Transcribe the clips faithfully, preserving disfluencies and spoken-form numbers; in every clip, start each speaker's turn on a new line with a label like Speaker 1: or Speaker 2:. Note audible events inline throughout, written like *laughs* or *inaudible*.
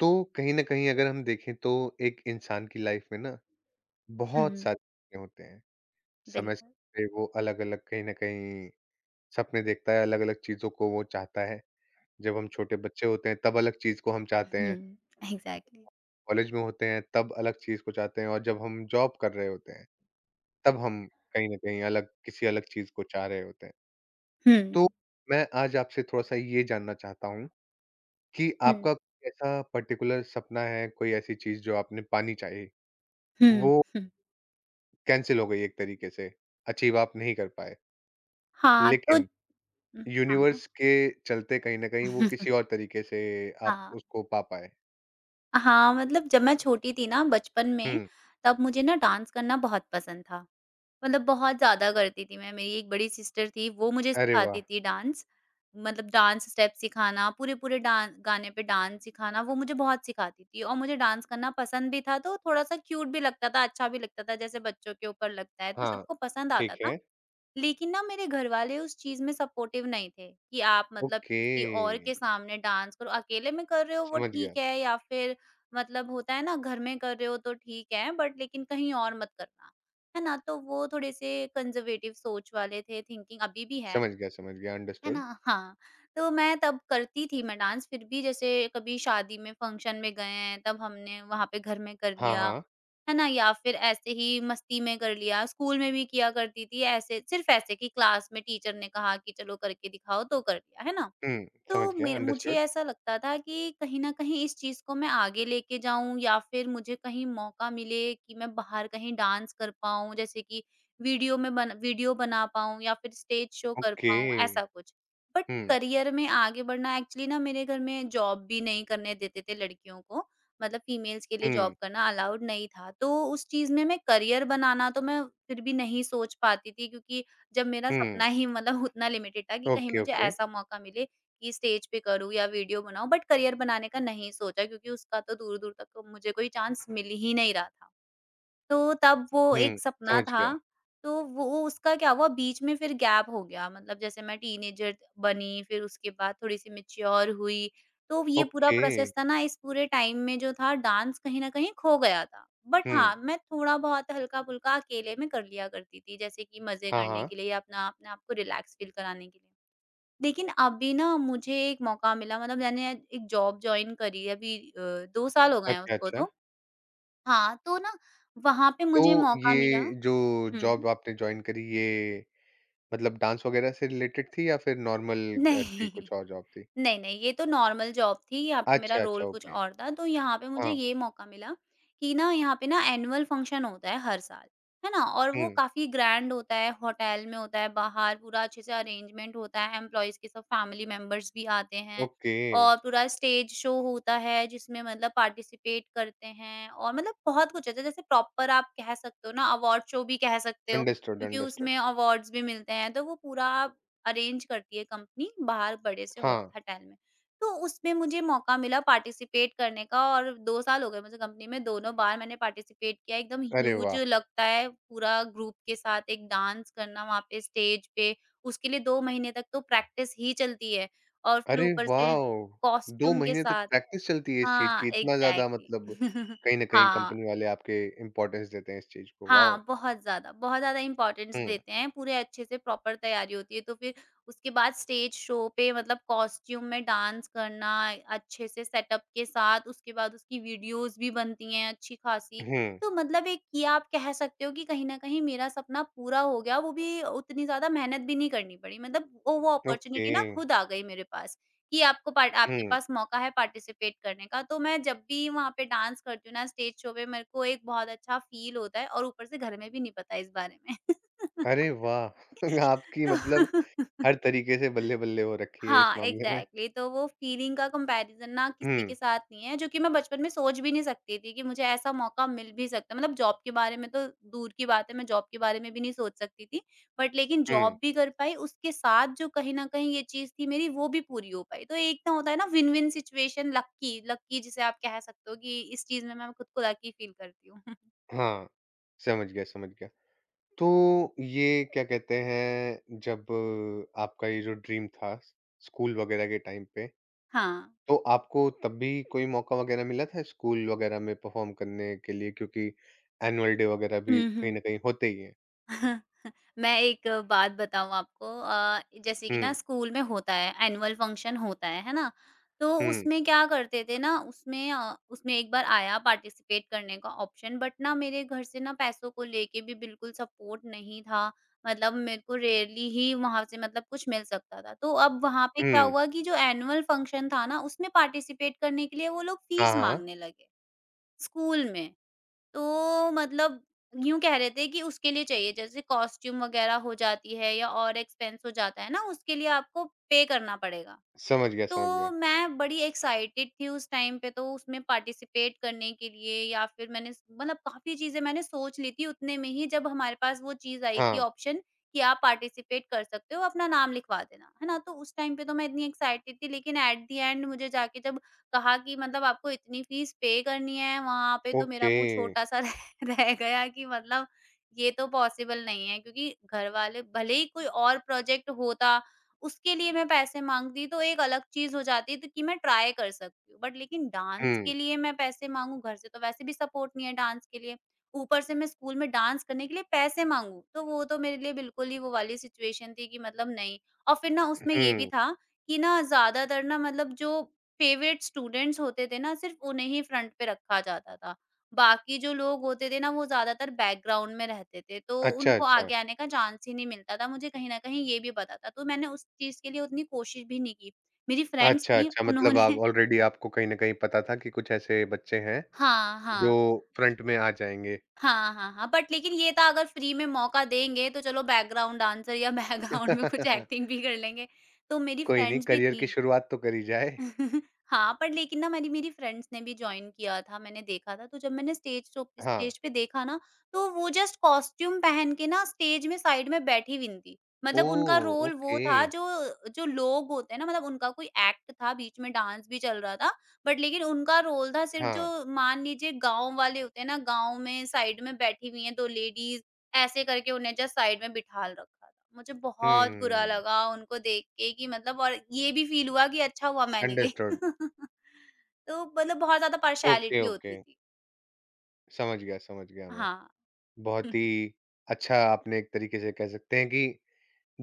Speaker 1: तो कहीं न कहीं अगर हम देखें तो एक इंसान की लाइफ में ना बहुत
Speaker 2: हुँ,
Speaker 1: सारे सपने होते हैं। समय-समय
Speaker 2: बिल्कुल।
Speaker 1: पे वो अलग-अलग कहीं न कहीं सपने देखता है, अलग-अलग चीज़ों को वो चाहता है। जब हम छोटे बच्चे होते हैं तब अलग चीज़ को हम चाहते हैं,
Speaker 2: हुँ, एग्ज़ैक्टली।
Speaker 1: कॉलेज में होते हैं तब अलग चीज़ को चाहते हैं और जब हम जॉब कर रहे होते हैं तब हम कहीं न कहीं अलग किसी अलग चीज़ को चाह रहे होते हैं।
Speaker 2: हुँ,
Speaker 1: तो मैं आज आपसे थोड़ा-सा ये जानना चाहता हूँ कि
Speaker 2: हुँ,
Speaker 1: आपका कोई ऐसा पर्टिकुलर सपना है, कोई ऐसी चीज़ जो आपने पानी चाहिए?
Speaker 2: हुँ,
Speaker 1: वो
Speaker 2: हुँ।
Speaker 1: कैंसल हो गई एक तरीके से, अचीव आप नहीं कर पाए।
Speaker 2: हाँ, तो
Speaker 1: लेकिन
Speaker 2: उम, हाँ।
Speaker 1: यूनिवर्स के चलते कहीं न कहीं वो किसी और तरीके से आप
Speaker 2: हाँ,
Speaker 1: उसको पा पाए।
Speaker 2: हाँ, मतलब जब मैं छोटी थी ना बचपन में,
Speaker 1: हुँ,
Speaker 2: तब मुझे ना डांस करना बहुत पसंद था। मतलब बहुत ज़्यादा करती थी मैं, मेरी एक बड़ी सिस्टर थी, वो मुझे
Speaker 1: अरे वाह!
Speaker 2: सिखाती थी डांस। मतलब डांस स्टेप सिखाना, पूरे-पूरे डां गाने पे डांस सिखाना, वो मुझे बहुत सिखाती थी और मुझे डांस करना पसंद भी था, तो थोड़ा-सा क्यूट भी लगता था, अच्छा भी लगता था, जैसे बच्चों के ऊपर लगता है, तो
Speaker 1: हाँ,
Speaker 2: सबको पसंद आता
Speaker 1: ठीक
Speaker 2: था।
Speaker 1: है।
Speaker 2: लेकिन ना मेरे घर वाले उस चीज़ में सपोर्टिव नहीं थे कि आप मतलब
Speaker 1: ओके,
Speaker 2: किसी और के सामने डांस करो, अकेले में कर रहे हो वो
Speaker 1: समझ गया,
Speaker 2: ठीक है, या फिर मतलब होता है ना घर में कर रहे हो तो ठीक है, बट लेकिन कहीं और मत करना, है ना? तो वो थोड़े-से कंज़र्वेटिव सोच वाले थे, थिंकिंग अभी भी है।
Speaker 1: समझ गया, समझ गया,
Speaker 2: है
Speaker 1: अंडरस्टूड।
Speaker 2: ना? हाँ, तो मैं तब करती थी मैं डांस फिर भी, जैसे कभी शादी में, फंक्शन में गए हैं, तब हमने वहाँ पे, घर में कर
Speaker 1: हाँ,
Speaker 2: लिया,
Speaker 1: हाँ।
Speaker 2: है ना? या फिर ऐसे ही मस्ती में कर लिया, स्कूल में भी किया करती थी ऐसे, सिर्फ ऐसे कि क्लास में टीचर ने कहा कि चलो करके दिखाओ, तो कर दिया, है ना?
Speaker 1: हुँ, समझ
Speaker 2: तो
Speaker 1: गया,
Speaker 2: मेर मुझे
Speaker 1: अंडरस्टूड।
Speaker 2: ऐसा लगता था कि कहीं न कहीं इस चीज़ को मैं आगे लेके जाऊँ, या फिर मुझे कहीं मौका मिले कि मैं बाहर कहीं डांस कर पाऊँ, जैसे कि वीडियो में बन वीडियो बना पाऊँ या फिर स्टेज शो कर
Speaker 1: ओके।
Speaker 2: पाऊँ, ऐसा कुछ। बट
Speaker 1: हुँ,
Speaker 2: करियर में आगे बढ़ना एक्चुअली ना मेरे घर में जॉब भी नहीं करने देते थे लड़कियों को, मतलब फीमेल्स के लिए जॉब
Speaker 1: हुँ,
Speaker 2: करना अलाउड नहीं था। तो उस चीज़ में मैं करियर बनाना तो मैं फिर भी नहीं सोच पाती थी, क्योंकि जब मेरा
Speaker 1: हुँ।
Speaker 2: सपना ही मतलब उतना लिमिटेड था कि कहीं
Speaker 1: ओके,
Speaker 2: मुझे
Speaker 1: ओके।
Speaker 2: ऐसा मौका मिले कि स्टेज पे करूँ या वीडियो बनाऊँ, बट करियर बनाने का नहीं सोचा, क्योंकि उसका तो दूर-दूर तक मुझे कोई चांस मिल ही नहीं रहा था। तो तब वो
Speaker 1: हुँ,
Speaker 2: एक सपना
Speaker 1: समझ
Speaker 2: था।
Speaker 1: गया।
Speaker 2: तो वो उसका क्या हुआ, बीच में फिर गैप हो गया, मतलब जैसे मैं टीनेजर बनी, फिर उसके बाद थोड़ी-सी मैच्योर हुई, तो ये पूरा
Speaker 1: ओके।
Speaker 2: प्रोसेस था ना, इस पूरे टाइम में जो था, डांस कहीं न कहीं खो गया था। बट
Speaker 1: हुँ,
Speaker 2: हाँ, मैं थोड़ा बहुत हल्का-फुल्का अकेले में कर लिया करती थी, जैसे कि मज़े
Speaker 1: हाँ,
Speaker 2: करने
Speaker 1: हाँ।
Speaker 2: के लिए, या अपना अपने आप को रिलैक्स फील कराने के लिए। लेकिन अभी ना मुझे एक मौका मिला, मतलब मैंने एक जॉब जॉइन करी है अभी, अ, दो साल हो गए हैं
Speaker 1: अच्छा,
Speaker 2: उसको
Speaker 1: अच्छा।
Speaker 2: तो। हाँ, तो ना वहाँ पे
Speaker 1: तो
Speaker 2: मुझे मौका मिला।
Speaker 1: ये जो
Speaker 2: हुँ।
Speaker 1: जॉब आपने जॉइन करी ये मतलब डांस वगैरह से रिलेटेड थी या फिर नॉर्मल ऐसे ही
Speaker 2: नहीं।
Speaker 1: कुछ
Speaker 2: *laughs*
Speaker 1: और जॉब थी?
Speaker 2: नहीं, नहीं, ये तो नॉर्मल जॉब थी, यहाँ पे मेरा
Speaker 1: अच्छा, अच्छा,
Speaker 2: रोल कुछ
Speaker 1: ओके।
Speaker 2: और था, तो यहाँ पे मुझे
Speaker 1: हाँ,
Speaker 2: ये मौका मिला कि ना यहाँ पे ना एनुअल फंक्शन होता है हर साल, है ना? और वो
Speaker 1: हुँ,
Speaker 2: काफ़ी ग्रैंड होता है, होटल में होता है, बाहर पूरा अच्छे से अरेंजमेंट होता है, एम्प्लॉइज़ के सब फैमिली मेंबर्स भी आते हैं,
Speaker 1: ओके।
Speaker 2: और पूरा स्टेज शो होता है, जिसमें मतलब पार्टिसिपेट करते हैं, और मतलब बहुत कुछ होता है, जैसे प्रॉपर, आप कह सकते हो ना, अवार्ड शो भी कह सकते हो,
Speaker 1: अंडरस्टूड,
Speaker 2: क्योंकि
Speaker 1: अंडरस्टूड।
Speaker 2: उसमें अवार्ड्स भी मिलते हैं, तो वो पूरा अरेंज करती है कंपनी, बाहर बड़े से होट
Speaker 1: हाँ,
Speaker 2: होटल में। तो उसमें मुझे मौका मिला पार्टिसिपेट करने का, और दो साल हो गए मुझे कंपनी में, दोनों बार मैंने पार्टिसिपेट किया। एकदम
Speaker 1: अरे
Speaker 2: ह्यूज
Speaker 1: वाह!
Speaker 2: लगता है पूरा ग्रुप के साथ एक डांस करना वहाँ पे स्टेज पे। उसके लिए दो महीने तक तो प्रैक्टिस ही चलती है, और फिर
Speaker 1: अरे
Speaker 2: ऊपर से
Speaker 1: वाओ! दो
Speaker 2: कॉस्ट्यूम के
Speaker 1: महीने तक
Speaker 2: साथ।
Speaker 1: प्रैक्टिस चलती है इस चीज़ की,
Speaker 2: हाँ,
Speaker 1: इतना ज़्यादा
Speaker 2: एग्ज़ैक्टली।
Speaker 1: मतलब
Speaker 2: *laughs*
Speaker 1: कहीं न कहीं
Speaker 2: हाँ।
Speaker 1: कंपनी वाले आपके इम्पोर्टेंस देते हैं इस चीज़ को, वाओ!
Speaker 2: हाँ, बहुत ज़्यादा, बहुत ज़्यादा इम्पोर्टेंस
Speaker 1: हुँ,
Speaker 2: देते हैं, पूरे अच्छे से प्रॉपर तैयारी होती है, तो फिर उसके बाद स्टेज शो पे मतलब कॉस्ट्यूम में डांस करना, अच्छे से सेटअप के साथ, उसके बाद उसकी वीडियोज़ भी बनती हैं अच्छी-खासी।
Speaker 1: हुँ,
Speaker 2: तो मतलब एक ये आप कह सकते हो कि कहीं न कहीं मेरा सपना पूरा हो गया, वो भी उतनी ज़्यादा मेहनत भी नहीं करनी पड़ी, मतलब वो वो
Speaker 1: ओके,
Speaker 2: अपॉर्च्युनिटी ना खुद आ गई मेरे पास। कि आपको पार्ट आपके
Speaker 1: हुँ।
Speaker 2: पास मौका है पार्टिसिपेट करने का। तो मैं जब भी वहाँ पे डांस करती हूँ ना स्टेज शो पे, मेरे को एक बहुत अच्छा फ़ील होता है, और ऊपर से घर में भी नहीं पता इस बारे में।
Speaker 1: अरे वाह! *laughs* आपकी
Speaker 2: *laughs* तो
Speaker 1: मतलब
Speaker 2: *laughs*
Speaker 1: हर तरीके से बल्ले-बल्ले हो रखी है इस
Speaker 2: हाँ,
Speaker 1: मामले में।
Speaker 2: Exactly exactly। तो वो फीलिंग का कंपैरिज़न ना किसी
Speaker 1: हुँ,
Speaker 2: के साथ नहीं है, जो कि मैं बचपन में सोच भी नहीं सकती थी कि मुझे ऐसा मौका मिल भी सकता है। मतलब जॉब के बारे में तो दूर की बात है, मैं जॉब के बारे में भी नहीं सोच सकती थी। बट लेकिन
Speaker 1: हुँ,
Speaker 2: जॉब भी कर पाई, उसके साथ जो कहीं न कहीं ये चीज़ थी मेरी, वो भी पूरी हो पाई। तो एक ना होता है ना विन-विन सिचुएशन, लकी लकी, जिसे आप कह सकते हो, कि इस चीज़ में मैं खुद को लकी फील करती हूँ। *laughs*
Speaker 1: हाँ, समझ गया, समझ गया। तो ये क्या कहते हैं जब आपका ये जो ड्रीम था स्कूल वगैरह के टाइम पे,
Speaker 2: हाँ।
Speaker 1: तो आपको तब भी कोई मौका वगैरह मिला था स्कूल वगैरह में परफॉर्म करने के लिए क्योंकि एनुअल डे वगैरह भी
Speaker 2: हुँ,
Speaker 1: कहीं
Speaker 2: हुँ।
Speaker 1: न कहीं होते ही हैं।
Speaker 2: *laughs* मैं एक बात बताऊँ आपको, अ, जैसे कि ना
Speaker 1: हुँ,
Speaker 2: स्कूल में होता है एनुअल फंक्शन होता है, है ना? तो
Speaker 1: हुँ,
Speaker 2: उसमें क्या करते थे ना, उसमें अ, उसमें एक बार आया पार्टिसिपेट करने का ऑप्शन, बट ना मेरे घर से ना पैसों को लेके भी बिल्कुल सपोर्ट नहीं था। मतलब मेरे को रेयरली ही वहाँ से मतलब कुछ मिल सकता था। तो अब वहाँ पे क्या
Speaker 1: हुँ।
Speaker 2: हुआ कि जो एनुअल फंक्शन था ना, उसमें पार्टिसिपेट करने के लिए वो लोग
Speaker 1: हाँ,
Speaker 2: फीस
Speaker 1: हाँ।
Speaker 2: माँगने लगे, स्कूल में। तो मतलब यूँ कह रहे थे कि उसके लिए चाहिए, जैसे कॉस्ट्यूम वगैरह हो जाती है, या और एक्सपेंस हो जाता है ना, उसके लिए आपको पे करना पड़ेगा।
Speaker 1: समझ गया, समझ
Speaker 2: तो
Speaker 1: गया।
Speaker 2: मैं बड़ी एक्साइटेड थी उस टाइम पे, तो उसमें पार्टिसिपेट करने के लिए, या फिर मैंने स मतलब काफ़ी चीज़ें मैंने सोच ली थी उतने में ही, जब हमारे पास वो चीज़ आई थी
Speaker 1: हाँ,
Speaker 2: ऑप्शन कि आप पार्टिसिपेट कर सकते हो, अपना नाम लिखवा देना, है ना? तो उस टाइम पे तो मैं इतनी एक्साइटेड थी, लेकिन एट द एंड, मुझे जाके जब कहा कि मतलब आपको इतनी फ़ीस पे करनी है, वहाँ पे तो मेरा
Speaker 1: ओके।
Speaker 2: मुँह छोटा-सा रह *laughs* रह गया कि मतलब ये तो पॉसिबल नहीं है, क्योंकि घर वाले, भले ही कोई और प्रोजेक्ट होता, उसके लिए मैं पैसे माँगती तो एक अलग चीज़ हो जाती, तो कि मैं ट्राई कर सकती हूँ। बट लेकिन डांस
Speaker 1: हुँ,
Speaker 2: के लिए मैं पैसे माँगूँ, घर से तो वैसे भी सपोर्ट नहीं है डांस के लिए, ऊपर से मैं स्कूल में डांस करने के लिए पैसे माँगूँ, तो वो तो मेरे लिए बिल्कुल ही वो वाली सिचुएशन थी कि मतलब नहीं। और फिर ना उसमें ये भी
Speaker 1: हुँ।
Speaker 2: था कि ना ज़्यादातर ना, मतलब जो फेवरेट स्टूडेंट्स होते थे ना, सिर्फ़ उन्हें ही फ्रंट पे रखा जाता था। बाकी जो लोग होते थे ना, वो ज़्यादातर बैकग्राउंड में रहते थे, तो
Speaker 1: अच्छा,
Speaker 2: उनको
Speaker 1: अच्छा।
Speaker 2: आगे आने का चांस ही नहीं मिलता था, मुझे कहीं न कहीं ये भी पता था, तो मैंने उस चीज़ के लिए उतनी कोशिश भी नहीं की। मेरी फ्रेंड्स
Speaker 1: अच्छा,
Speaker 2: थी,
Speaker 1: अच्छा मतलब आप
Speaker 2: उन्होंने *laughs*
Speaker 1: ऑलरेडी आपको कहीं न कहीं पता था कि कुछ ऐसे बच्चे हैं
Speaker 2: हाँ,
Speaker 1: जो
Speaker 2: हाँ।
Speaker 1: फ्रंट में आ जाएँगे।
Speaker 2: हाँ, हाँ, हाँ, बट लेकिन ये था, अगर फ्री में मौका देंगे तो चलो बैकग्राउंड डांसर, या *laughs* बैकग्राउंड में कुछ
Speaker 1: *laughs*
Speaker 2: एक्टिंग भी कर लेंगे, तो मेरी
Speaker 1: कोई नहीं,
Speaker 2: फ्रेंड्स भी
Speaker 1: करियर
Speaker 2: थी।
Speaker 1: की शुरुआत तो करी जाए।
Speaker 2: *laughs* हाँ, पर लेकिन ना मेरी मेरी फ्रेंड्स ने भी जॉइन किया था, मैंने देखा था, तो जब मैंने स्टेज शो
Speaker 1: हाँ।
Speaker 2: स्टेज पे देखा ना, तो वो जस्ट कॉस्ट्यूम पहन के ना स्टेज में साइड में बैठी हुई थी। मतलब उनका
Speaker 1: ओह!
Speaker 2: रोल वो
Speaker 1: ओके।
Speaker 2: था, जो जो लोग होते हैं ना, मतलब उनका कोई एक्ट था, बीच में डांस भी चल रहा था, बट लेकिन उनका रोल था सिर्फ़,
Speaker 1: हाँ।
Speaker 2: जो मान लीजिए गाँव वाले होते हैं ना, गाँव में साइड में बैठी हुई हैं दो लेडीज़, ऐसे करके उन्हें जस्ट साइड में बिठाल रखा था। मुझे बहुत बुरा
Speaker 1: हुँ।
Speaker 2: लगा उनको देख के कि मतलब, और ये भी फ़ील हुआ कि अच्छा हुआ मैं नहीं गई।
Speaker 1: अंडरस्टूड।
Speaker 2: *laughs* तो मतलब बहुत ज़्यादा
Speaker 1: ओके,
Speaker 2: पार्शियलिटी
Speaker 1: ओके।
Speaker 2: होती थी।
Speaker 1: समझ गया, समझ गया मैं।
Speaker 2: हाँ।
Speaker 1: बहुत
Speaker 2: *laughs*
Speaker 1: ही अच्छा आपने एक तरीके से कह सकते हैं कि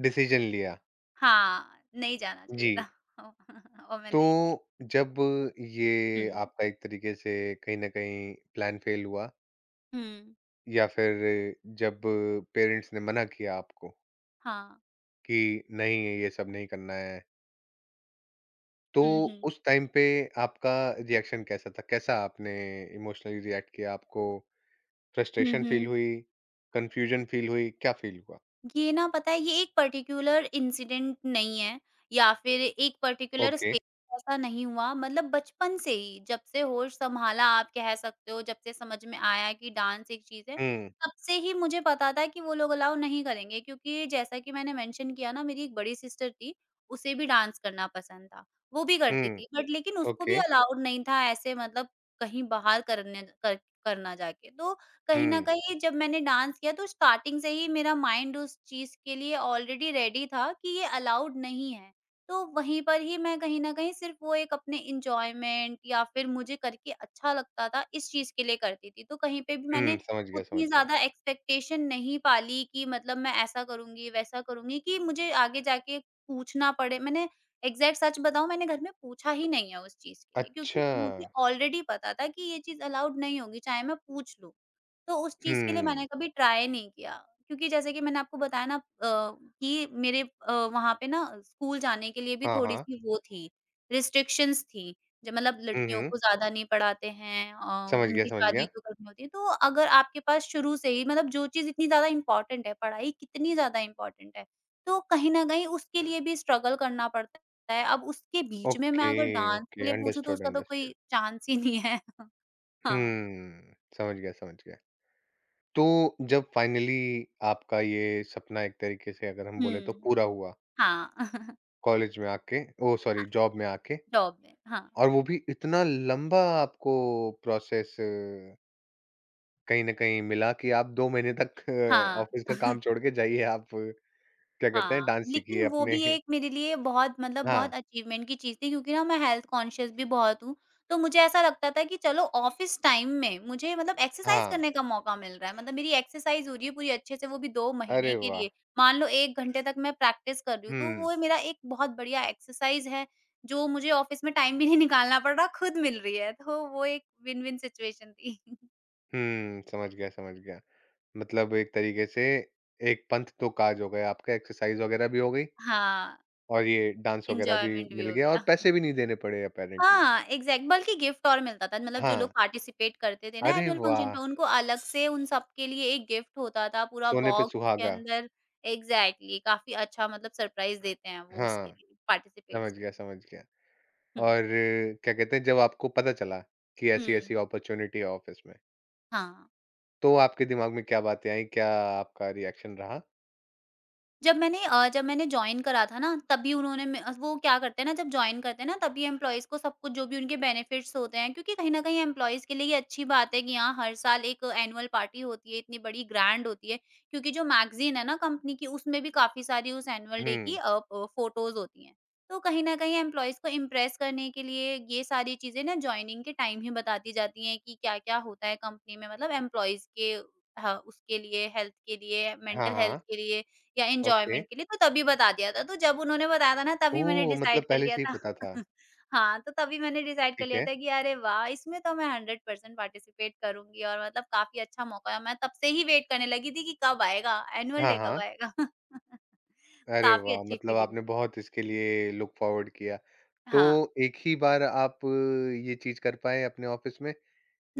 Speaker 1: डिसीज़न लिया।
Speaker 2: हाँ, नहीं जाना
Speaker 1: जी।
Speaker 2: चाहिए था। *laughs* और मैं
Speaker 1: तो
Speaker 2: नहीं गई।
Speaker 1: जब ये
Speaker 2: हुँ।
Speaker 1: आपका एक तरीके से कहीं न कहीं प्लान फ़ेल हुआ
Speaker 2: हुँ।
Speaker 1: या फिर जब पेरेंट्स ने मना किया आपको
Speaker 2: हाँ।
Speaker 1: कि नहीं ये सब नहीं करना है तो
Speaker 2: हुँ, हुँ।
Speaker 1: उस टाइम पे आपका रिएक्शन कैसा था? कैसा आपने इमोशनली रिएक्ट किया? आपको
Speaker 2: हुँ,
Speaker 1: फ्रस्ट्रेशन फील
Speaker 2: हुँ।
Speaker 1: हुई? कन्फ्यूजन फील हुई? क्या फील हुआ?
Speaker 2: ये ना, पता है, ये एक पर्टिक्युलर इंसिडेंट नहीं है, या फिर एक पर्टिक्युलर
Speaker 1: ओके।
Speaker 2: स्टेज, ऐसा नहीं हुआ, मतलब बचपन से ही जब से होश संभाला आप कह सकते हो, जब से समझ में आया कि डांस एक चीज है,
Speaker 1: हुँ,
Speaker 2: तब से ही मुझे पता था कि वो लोग अलाउ नहीं करेंगे, क्योंकि जैसा कि मैंने मेंशन किया ना, मेरी एक बड़ी सिस्टर थी, उसे भी डांस करना पसंद था, वो भी करती
Speaker 1: हुँ,
Speaker 2: थी, बट लेकिन उसको भी
Speaker 1: ओके।
Speaker 2: अलाउड नहीं था ऐसे, मतलब कहीं बाहर करने कर, करना जाके, तो कहीं न
Speaker 1: हुँ,
Speaker 2: कहीं जब मैंने डांस किया, तो स्टार्टिंग से ही मेरा माइंड उस चीज़ के लिए ऑलरेडी रेडी था कि ये अलाउड नहीं है। तो वहीं पर ही मैं कहीं न कहीं सिर्फ़ वो एक अपने एन्जॉयमेंट, या फिर मुझे करके अच्छा लगता था, इस चीज़ के लिए करती थी। तो कहीं पे भी
Speaker 1: हुँ,
Speaker 2: मैंने
Speaker 1: समझ गया, समझ
Speaker 2: उतनी
Speaker 1: गया।
Speaker 2: ज़्यादा एक्सपेक्टेशन नहीं पाली कि मतलब मैं ऐसा करूँगी, वैसा करूँगी कि मुझे आगे जाके पूछना पड़े। मैंने एग्ज़ैक्ट सच बताऊँ, मैंने घर में पूछा ही नहीं है उस चीज़ के लिए, क्योंकि
Speaker 1: अच्छा।
Speaker 2: मुझे ऑलरेडी पता था कि ये चीज़ अलाउड नहीं होगी, चाहे मैं पूछ लूँ। तो उस चीज़ के लिए
Speaker 1: हुँ,
Speaker 2: मैंने कभी ट्राई नहीं किया, क्योंकि जैसे कि मैंने आपको बताया ना, अ, कि मेरे अ, वहाँ पे ना स्कूल जाने के लिए भी
Speaker 1: हाँ, हाँ।
Speaker 2: थोड़ी-सी वो थी, रिस्ट्रिक्शंस थी। ज मतलब
Speaker 1: हुँ,
Speaker 2: लड़कियों
Speaker 1: हुँ,
Speaker 2: को ज़्यादा नहीं पढ़ाते हैं, अ,
Speaker 1: समझ गया,
Speaker 2: उनकी
Speaker 1: समझ गया।
Speaker 2: शादी तो करनी होती है। तो अगर आपके पास शुरू से ही मतलब जो चीज़ इतनी ज़्यादा इम्पोर्टेंट है, पढ़ाई कितनी ज़्यादा इम्पोर्टेंट है, तो कहीं न कहीं उसके लिए भी स्ट्रगल करना पड़ता है। अब उसके बीच में मैं
Speaker 1: ओके,
Speaker 2: अगर डांस के
Speaker 1: ओके,
Speaker 2: लिए पूछूँ, तो
Speaker 1: अंडरस्टूड,
Speaker 2: उसका तो कोई
Speaker 1: अंडरस्टूड।
Speaker 2: चांस ही नहीं है। *laughs* हाँ।
Speaker 1: हुँ, समझ गया, समझ गया। तो जब फाइनली आपका ये सपना एक तरीके से अगर हम बोले तो
Speaker 2: हुँ।
Speaker 1: पूरा हुआ
Speaker 2: हाँ। *laughs*
Speaker 1: कॉलेज में आके ओह सॉरी
Speaker 2: हाँ,
Speaker 1: जॉब में आके
Speaker 2: जॉब में, हाँ,
Speaker 1: और वो भी इतना लंबा आपको प्रोसेस कहीं न कहीं मिला कि आप दो महीने तक *laughs*
Speaker 2: हाँ,
Speaker 1: ऑफ़िस का
Speaker 2: *laughs*
Speaker 1: काम छोड़ के जाइए आप क्या कहते हैं
Speaker 2: हाँ,
Speaker 1: डांस सीखिए
Speaker 2: लेकिन वो
Speaker 1: अपने
Speaker 2: भी एक मेरे लिए बहुत
Speaker 1: *laughs*
Speaker 2: मतलब
Speaker 1: हाँ,
Speaker 2: बहुत अचीवमेंट की चीज़ थी, क्योंकि ना मैं हेल्थ कॉन्शियस भी बहुत हूँ, तो मुझे ऐसा लगता था कि चलो ऑफ़िस टाइम में मुझे मतलब एक्सरसाइज़
Speaker 1: हाँ।
Speaker 2: करने का मौका मिल रहा है, मतलब मेरी एक्सरसाइज़ हो रही है पूरी अच्छे से, वो भी दो
Speaker 1: अरे
Speaker 2: महीने के
Speaker 1: वाह!
Speaker 2: लिए। मान लो एक घंटे तक मैं प्रैक्टिस कर रही हूँ, तो
Speaker 1: हुँ,
Speaker 2: वो मेरा एक बहुत बढ़िया एक्सरसाइज़ है, जो मुझे ऑफ़िस में टाइम भी नहीं निकालना पड़ रहा, खुद मिल रही है, तो वो एक विन-विन सिचुएशन थी। *laughs*
Speaker 1: हुँ, समझ गया, समझ गया। मतलब एक तरीके से एक पंथ दो काज हो गए आपका एक्सरसाइज़ वगैरह भी हो गई
Speaker 2: हाँ,
Speaker 1: और ये डांस वगैरह भी
Speaker 2: एन्जॉयमेंट भी
Speaker 1: मिल
Speaker 2: हो
Speaker 1: गया और
Speaker 2: गया।
Speaker 1: पैसे भी नहीं देने पड़े अपैरेंटली।
Speaker 2: हाँ, एग्ज़ैक्ट, बल्कि गिफ्ट और मिलता था, मतलब जो लोग
Speaker 1: हाँ,
Speaker 2: पार्टिसिपेट करते थे ना
Speaker 1: अरे
Speaker 2: एनुअल फंक्शन
Speaker 1: वाह!
Speaker 2: पे, उनको अलग से उन सबके लिए एक गिफ्ट होता था, पूरा
Speaker 1: सोने पे
Speaker 2: बॉक्स उसके
Speaker 1: सुहागा।
Speaker 2: अंदर। एग्ज़ैक्टली काफ़ी अच्छा, मतलब सरप्राइज़ देते हैं वो उसके
Speaker 1: हाँ।
Speaker 2: लिए,
Speaker 1: समझ
Speaker 2: पार्टिसिपेट्स के लिए।
Speaker 1: गया, समझ गया।
Speaker 2: हुँ,
Speaker 1: और क्या कहते हैं जब आपको पता चला कि
Speaker 2: हुँ,
Speaker 1: ऐसी-ऐसी अपॉर्च्युनिटी है ऑफ़िस में,
Speaker 2: हाँ।
Speaker 1: तो आपके दिमाग में क्या बातें आई? क्या आपका रिएक्शन रहा?
Speaker 2: जब मैंने अ, जब मैंने जॉइन करा था ना, तभी उन्होंने मे वो क्या करते हैं ना, जब जॉइन करते हैं ना, तभी एम्प्लॉइज़ को सब कुछ जो भी उनके बेनिफिट्स होते हैं, क्योंकि कहीं न कहीं एम्प्लॉइज़ के लिए ये अच्छी बात है कि हाँ, हर साल एक एनुअल पार्टी होती है, इतनी बड़ी ग्रैंड होती है। क्योंकि जो मैगज़ीन है ना कंपनी की, उसमें भी काफ़ी सारी उस एनुअल डे की
Speaker 1: हुँ।
Speaker 2: अ, प फोटोज़ होती हैं। तो कहीं न कहीं एम्प्लॉइज़ को इम्प्रेस करने के लिए ये सारी चीज़ें ना जॉइनिंग के टाइम ही बताती जाती हैं कि क्या-क्या होता है कंपनी में, मतलब एम्प्लॉइज़ के ह उसके लिए, हेल्थ के लिए,
Speaker 1: हाँ,
Speaker 2: मेंटल हेल्थ
Speaker 1: हाँ।
Speaker 2: के लिए या
Speaker 1: ओके।
Speaker 2: एन्जॉयमेंट के लिए, तो तभी बता दिया था। तो जब उन्होंने बताया था ना, तभी मैंने
Speaker 1: ओह!
Speaker 2: डिसाइड
Speaker 1: मतलब
Speaker 2: कर
Speaker 1: पहले
Speaker 2: लिया
Speaker 1: से ही
Speaker 2: था।
Speaker 1: पता था।
Speaker 2: *laughs* हाँ, तो तभी मैंने डिसाइड कर
Speaker 1: ठीक
Speaker 2: लिया
Speaker 1: है।
Speaker 2: था कि अरे वाह! इसमें तो मैं हंड्रेड परसेंट पार्टिसिपेट करूँगी और मतलब काफ़ी अच्छा मौका है। मैं तब से ही वेट करने लगी थी कि कब आएगा, एनुअल
Speaker 1: हाँ,
Speaker 2: डे कब
Speaker 1: हाँ।
Speaker 2: आएगा? *laughs*
Speaker 1: अरे
Speaker 2: काफ़ी
Speaker 1: वाह!
Speaker 2: अच्छी
Speaker 1: मतलब
Speaker 2: फीलिंग
Speaker 1: आपने
Speaker 2: थी।
Speaker 1: बहुत इसके लिए लुक फॉरवर्ड किया। तो
Speaker 2: हाँ,
Speaker 1: एक ही बार आप ये चीज़ कर पाए अपने ऑफ़िस में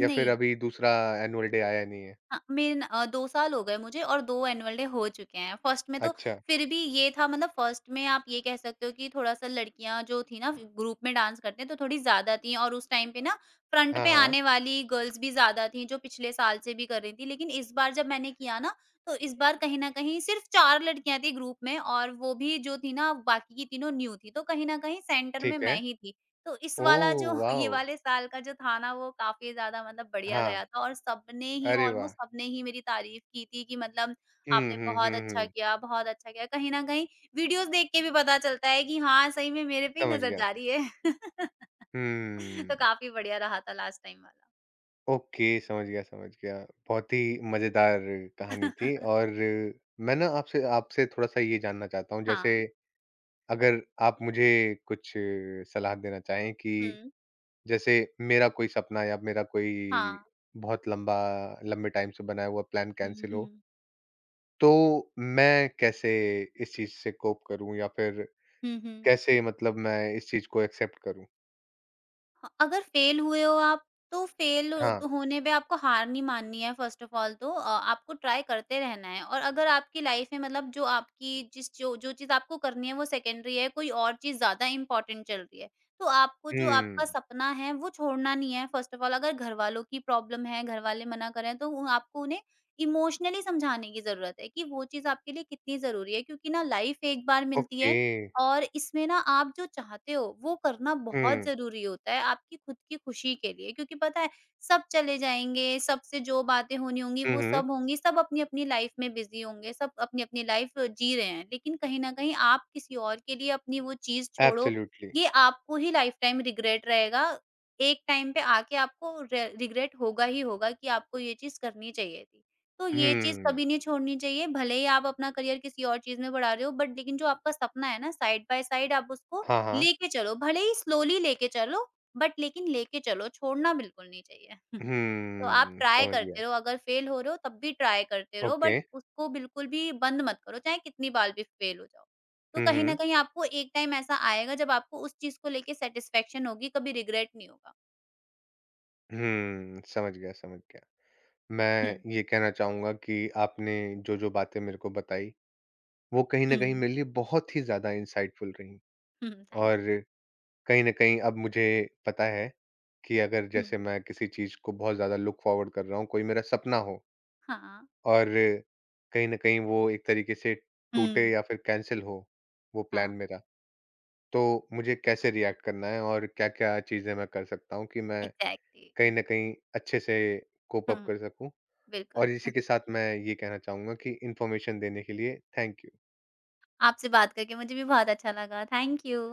Speaker 1: या फिर अभी दूसरा एनुअल डे आया नहीं है?
Speaker 2: हाँ, मेरे न अ, दो साल हो गए मुझे और दो एनुअल डे हो चुके हैं। फर्स्ट में तो
Speaker 1: अच्छा।
Speaker 2: फिर भी ये था, मतलब फर्स्ट में आप ये कह सकते हो कि थोड़ा-सा लड़कियाँ जो थी ना ग्रुप में डांस करते हैं, तो थोड़ी ज़्यादा थी और उस टाइम पे ना फ्रंट
Speaker 1: हाँ,
Speaker 2: पे
Speaker 1: हाँ।
Speaker 2: आने वाली गर्ल्स भी ज़्यादा थी, जो पिछले साल से भी कर रही थी। लेकिन इस बार जब मैंने किया ना, तो इस बार कहीं न कहीं सिर्फ़ चार लड़कियाँ थी ग्रुप में और वो भी जो थी ना बाकी की तीनों न्यू थी। तो कहीं न कहीं सेंटर में
Speaker 1: ठीक है।
Speaker 2: मैं ही थी। तो इस वाला जो
Speaker 1: ओह
Speaker 2: *laughs* ये
Speaker 1: वाओ!
Speaker 2: वाले साल का जो था ना, वो काफ़ी ज़्यादा मतलब बढ़िया
Speaker 1: हाँ।
Speaker 2: गया था और सबने ही,
Speaker 1: अरे वाह!
Speaker 2: ऑलमोस्ट सबने ही मेरी तारीफ़ की थी कि मतलब
Speaker 1: हुँ,
Speaker 2: आपने
Speaker 1: हुँ, हुँ,
Speaker 2: बहुत अच्छा
Speaker 1: हुँ।
Speaker 2: किया, बहुत अच्छा किया। कहीं न कहीं वीडियोज़ देख के भी पता चलता है कि हाँ, सही में मेरे पे ही
Speaker 1: समझ
Speaker 2: नज़र
Speaker 1: गया।
Speaker 2: जा रही है। *laughs* तो
Speaker 1: हुँ।
Speaker 2: काफ़ी बढ़िया रहा था लास्ट टाइम वाला।
Speaker 1: ओके, समझ गया, समझ गया। बहुत ही मज़ेदार कहानी थी
Speaker 2: *laughs*
Speaker 1: और मैं ना आपसे आपसे थोड़ा-सा ये जानना चाहता हूँ, जैसे
Speaker 2: हाँ।
Speaker 1: अगर आप मुझे कुछ सलाह देना चाहें कि
Speaker 2: हुँ।
Speaker 1: जैसे मेरा कोई सपना या मेरा कोई
Speaker 2: हाँ।
Speaker 1: बहुत लंबा लंबे टाइम से बनाया हुआ प्लान
Speaker 2: हुँ,
Speaker 1: कैंसल हो,
Speaker 2: हुँ।
Speaker 1: तो मैं कैसे इस चीज़ से कोप करूँ या फिर
Speaker 2: हुँ, हुँ।
Speaker 1: कैसे मतलब मैं इस चीज़ को एक्सेप्ट करूँ?
Speaker 2: ह अगर फेल हुए हो आप, तो फेल
Speaker 1: हाँ।
Speaker 2: तो होने पे आपको हार नहीं माननी है, फ़र्स्ट ऑफ़ ऑल। तो अ, आपको ट्राई करते रहना है और अगर आपकी लाइफ़ में मतलब जो आपकी जिस जो जो चीज़ आपको करनी है वो सेकेंडरी है, कोई और चीज़ ज़्यादा इम्पोर्टेंट चल रही है, तो आपको जो आपका
Speaker 1: हुँ।
Speaker 2: सपना है वो छोड़ना नहीं है। फ़र्स्ट ऑफ़ ऑल अगर घरवालों की प्रॉब्लम है, घरवाले मना कर रहे हैं, तो वो आपको उन्हें इमोशनली समझाने की ज़रूरत है कि वो चीज़ आपके लिए कितनी ज़रूरी है, क्योंकि ना लाइफ़ एक बार मिलती
Speaker 1: ओके।
Speaker 2: है और इसमें ना आप जो चाहते हो वो करना बहुत
Speaker 1: हुँ।
Speaker 2: ज़रूरी होता है आपकी खुद की खुशी के लिए। क्योंकि पता है, सब चले जाएँगे, सबसे जो बातें होनी होंगी
Speaker 1: हुँ,
Speaker 2: वो
Speaker 1: हुँ।
Speaker 2: सब होंगी, सब अपनी-अपनी लाइफ़ में बिज़ी होंगे, सब अपनी-अपनी लाइफ़ जी रहे हैं। लेकिन कहीं न कहीं आप किसी और के लिए अपनी वो चीज़ छोड़ो,
Speaker 1: एब्सोल्युटली।
Speaker 2: ये आपको ही लाइफ़ टाइम रिग्रेट रहेगा। एक टाइम पे आके आपको रे रिग्रेट होगा ही होगा कि आपको ये चीज़ करनी चाहिए थी। तो ये चीज़
Speaker 1: हुँ।
Speaker 2: कभी नहीं छोड़नी चाहिए, भले ही आप अपना करियर किसी और चीज़ में बढ़ा रहे हो, बट लेकिन जो आपका सपना है ना, साइड बाय साइड आप उसको
Speaker 1: हाँ, हाँ।
Speaker 2: लेके चलो, भले ही स्लोली लेके चलो, बट लेकिन लेके चलो, छोड़ना बिल्कुल नहीं चाहिए। *laughs* तो आप
Speaker 1: हुँ,
Speaker 2: ट्राई
Speaker 1: समझ गया।
Speaker 2: करते रहो, अगर फेल हो रहे हो, तब भी ट्राई करते रहो,
Speaker 1: ओके।
Speaker 2: बट उसको बिल्कुल भी बंद मत करो, चाहे कितनी बार भी फेल हो जाओ। तो
Speaker 1: हुँ,
Speaker 2: कहीं न
Speaker 1: हुँ।
Speaker 2: कहीं आपको एक टाइम ऐसा आएगा, जब आपको उस चीज़ को लेके सैटिस्फैक्शन होगी, कभी रिग्रेट नहीं होगा।
Speaker 1: हुँ, समझ गया, समझ गया।
Speaker 2: हुँ,
Speaker 1: मैं ये कहना चाहूँगा कि आपने जो-जो बातें मेरे को बताई, वो कहीं न
Speaker 2: हुँ,
Speaker 1: कहीं मेरे लिए बहुत ही ज़्यादा इंसाइटफुल रहीं
Speaker 2: हुँ, थैंक
Speaker 1: और
Speaker 2: यू।
Speaker 1: कहीं न कहीं अब मुझे पता है कि अगर
Speaker 2: हुँ,
Speaker 1: जैसे मैं किसी चीज़ को बहुत ज़्यादा लुक फॉरवर्ड कर रहा हूँ, कोई मेरा सपना हो
Speaker 2: हाँ।
Speaker 1: और कहीं न कहीं वो एक तरीके से टूटे
Speaker 2: हुँ।
Speaker 1: या फिर कैंसल हो, वो प्लान
Speaker 2: हाँ।
Speaker 1: मेरा तो मुझे कैसे रिएक्ट करना है और क्या-क्या चीज़ें मैं कर सकता हूँ कि मैं
Speaker 2: एग्ज़ैक्टली।
Speaker 1: कहीं न कहीं अच्छे से कोप
Speaker 2: हुँ,
Speaker 1: अप
Speaker 2: *laughs*
Speaker 1: कर सकूँ? और इसी
Speaker 2: बिल्कुल।
Speaker 1: के साथ मैं ये कहना चाहूँगा कि इन्फॉर्मेशन देने के लिए थैंक यू।
Speaker 2: आपसे बात करके मुझे भी बहुत अच्छा लगा। Thank you.